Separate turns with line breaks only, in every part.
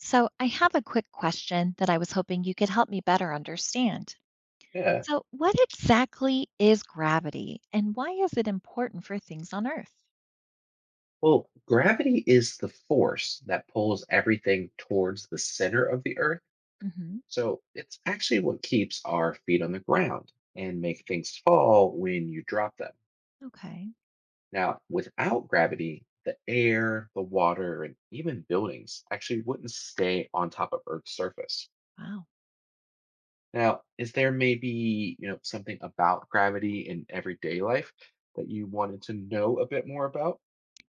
So, I have a quick question that I was hoping you could help me better understand.
Yeah.
So, what exactly is gravity and why is it important for things on Earth?
Well, gravity is the force that pulls everything towards the center of the earth.
Hmm.
So it's actually what keeps our feet on the ground and make things fall when you drop them.
Okay.
Now, without gravity, the air, the water, and even buildings actually wouldn't stay on top of Earth's surface.
Wow.
Now, is there maybe, something about gravity in everyday life that you wanted to know a bit more about?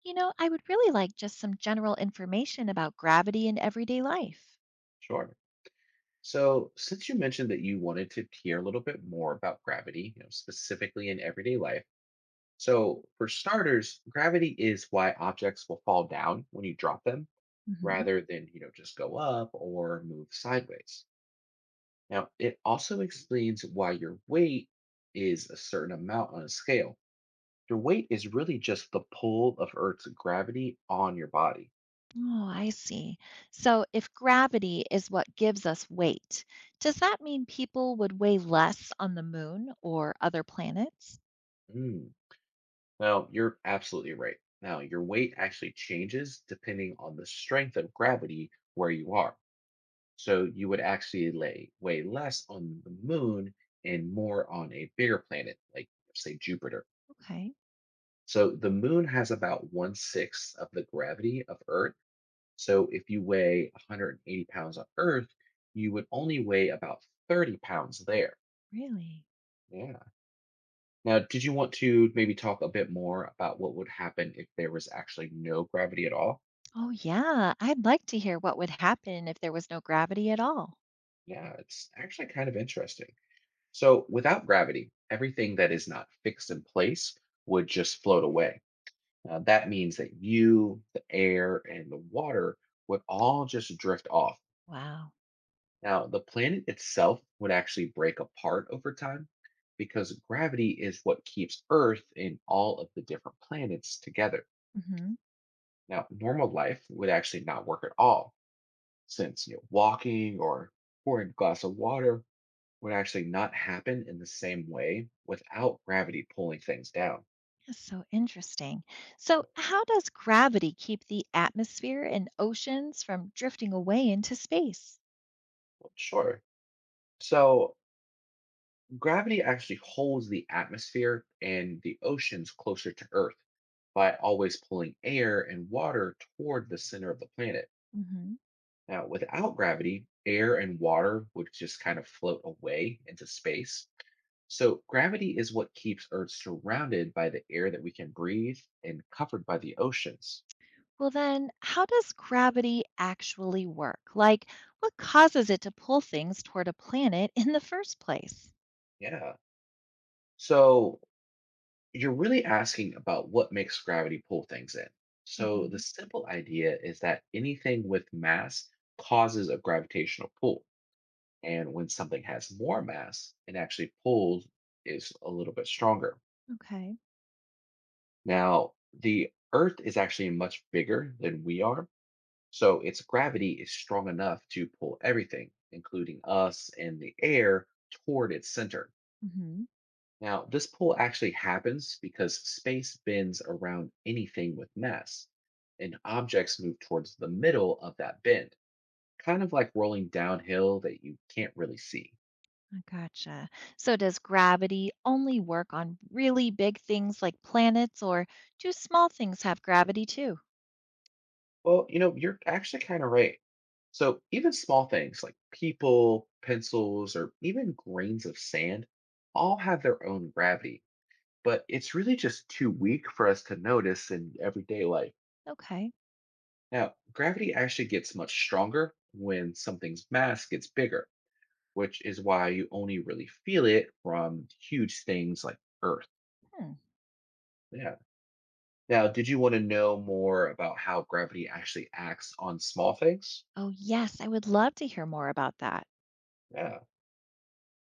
I would really like just some general information about gravity in everyday life.
Sure. So, since you mentioned that you wanted to hear a little bit more about gravity, specifically in everyday life. So, for starters, gravity is why objects will fall down when you drop them
Hmm.
rather than, just go up or move sideways. Now, it also explains why your weight is a certain amount on a scale. Your weight is really just the pull of Earth's gravity on your body.
Oh, I see. So, if gravity is what gives us weight, does that mean people would weigh less on the moon or other planets?
Mm. Now, you're absolutely right. Now, your weight actually changes depending on the strength of gravity where you are. So, you would actually weigh less on the moon and more on a bigger planet, like, say, Jupiter.
Okay.
So, the moon has about one sixth of the gravity of Earth. So, if you weigh 180 pounds on Earth, you would only weigh about 30 pounds there.
Really?
Yeah. Now, did you want to maybe talk a bit more about what would happen if there was actually no gravity at all?
Oh, yeah. I'd like to hear what would happen if there was no gravity at all.
Yeah, it's actually kind of interesting. So, without gravity, everything that is not fixed in place would just float away. Now, that means that you, the air, and the water would all just drift off.
Wow.
Now, the planet itself would actually break apart over time because gravity is what keeps Earth and all of the different planets together.
Hmm.
Now, normal life would actually not work at all since you know, walking or pouring a glass of water would actually not happen in the same way without gravity pulling things down.
That's so interesting. So, how does gravity keep the atmosphere and oceans from drifting away into space?
Well, sure. So, gravity actually holds the atmosphere and the oceans closer to Earth by always pulling air and water toward the center of the planet.
Hmm.
Now, without gravity, air and water would just kind of float away into space. So, gravity is what keeps Earth surrounded by the air that we can breathe and covered by the oceans.
Well, then, how does gravity actually work? Like, what causes it to pull things toward a planet in the first place?
Yeah. So, you're really asking about what makes gravity pull things in. So, the
Hmm.
simple idea is that anything with mass causes a gravitational pull. And when something has more mass, it actually pulls is a little bit stronger.
Okay.
Now, the Earth is actually much bigger than we are. So, its gravity is strong enough to pull everything, including us and the air, toward its center.
Hmm.
Now, this pull actually happens because space bends around anything with mass, and objects move towards the middle of that bend, kind of like rolling downhill that you can't really see.
Gotcha. So does gravity only work on really big things like planets, or do small things have gravity too?
Well, you're actually kind of right. So, even small things like people, pencils, or even grains of sand all have their own gravity, but it's really just too weak for us to notice in everyday life.
Okay.
Now, gravity actually gets much stronger when something's mass gets bigger which is why you only really feel it from huge things like Earth.
Hmm.
Yeah. Now, did you want to know more about how gravity actually acts on small things?
Oh, yes, I would love to hear more about that.
Yeah.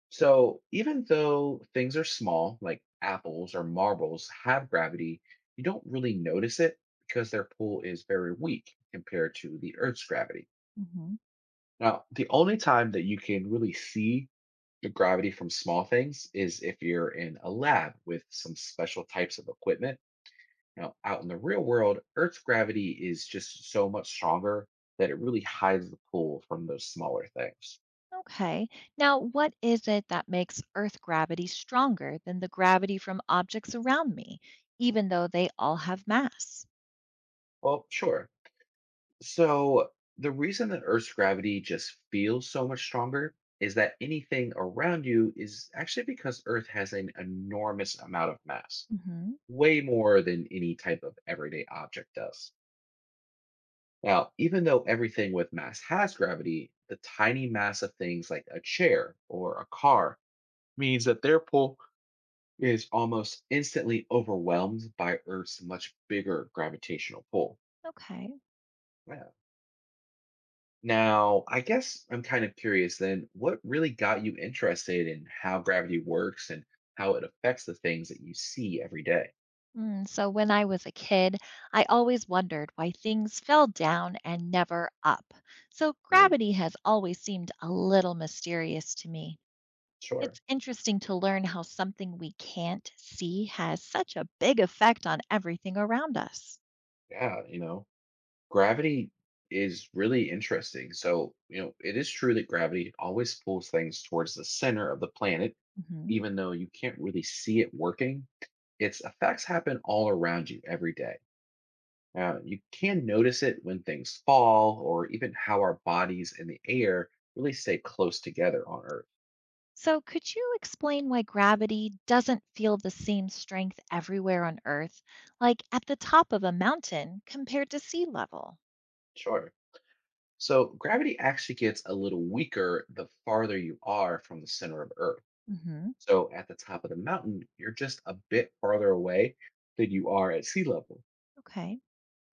So, even though things are small, like apples or marbles have gravity, you don't really notice it because their pull is very weak compared to the Earth's gravity.
Hmm.
Now, the only time that you can really see the gravity from small things is if you're in a lab with some special types of equipment. Now, out in the real world, Earth's gravity is just so much stronger that it really hides the pull from those smaller things.
Okay. Now, what is it that makes Earth gravity stronger than the gravity from objects around me, even though they all have mass?
Well, sure. So, the reason that Earth's gravity just feels so much stronger is that anything around you is actually because Earth has an enormous amount of mass,
Hmm.
way more than any type of everyday object does. Now, even though everything with mass has gravity, the tiny mass of things like a chair or a car means that their pull is almost instantly overwhelmed by Earth's much bigger gravitational pull.
Okay.
Yeah. Now, I guess I'm kind of curious then, what really got you interested in how gravity works and how it affects the things that you see every day?
Mm, so when I was a kid, I always wondered why things fell down and never up. So
Mm,
gravity has always seemed a little mysterious to me.
sure.
It's interesting to learn how something we can't see has such a big effect on everything around us.
Yeah, gravity is really interesting. So, it is true that gravity always pulls things towards the center of the planet,
Mhm.
even though you can't really see it working. Its effects happen all around you every day. Now, you can notice it when things fall or even how our bodies and the air really stay close together on Earth.
So, could you explain why gravity doesn't feel the same strength everywhere on Earth, like at the top of a mountain compared to sea level?
Sure. So, gravity actually gets a little weaker the farther you are from the center of Earth.
Hmm.
So, at the top of the mountain, you're just a bit farther away than you are at sea level.
Okay.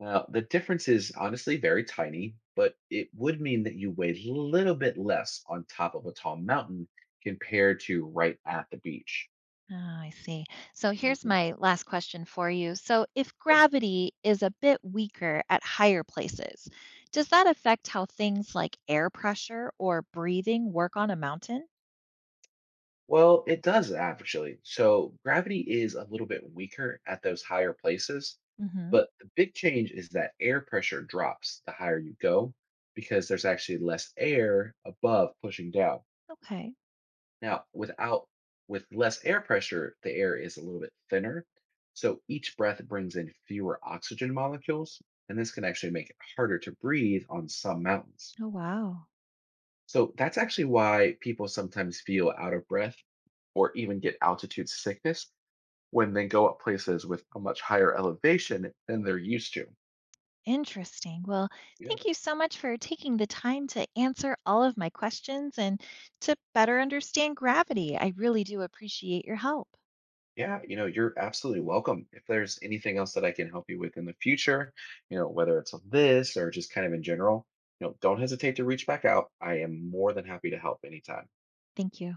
Now, the difference is honestly very tiny, but it would mean that you weigh a little bit less on top of a tall mountain compared to right at the beach.
Oh, I see. So here's
Mhm.
my last question for you. So, if gravity is a bit weaker at higher places, does that affect how things like air pressure or breathing work on a mountain?
Well, it does actually. So gravity is a little bit weaker at those higher places,
Hmm.
but the big change is that air pressure drops the higher you go because there's actually less air above pushing down.
Okay.
Now, without With less air pressure, the air is a little bit thinner. So each breath brings in fewer oxygen molecules, and this can actually make it harder to breathe on some mountains.
Oh, wow.
So that's actually why people sometimes feel out of breath or even get altitude sickness when they go up places with a much higher elevation than they're used to.
Interesting. Well,
Yeah.
thank you so much for taking the time to answer all of my questions and to better understand gravity. I really do appreciate your help.
Yeah, you're absolutely welcome. If there's anything else that I can help you with in the future, whether it's on this or just kind of in general, don't hesitate to reach back out. I am more than happy to help anytime.
Thank you.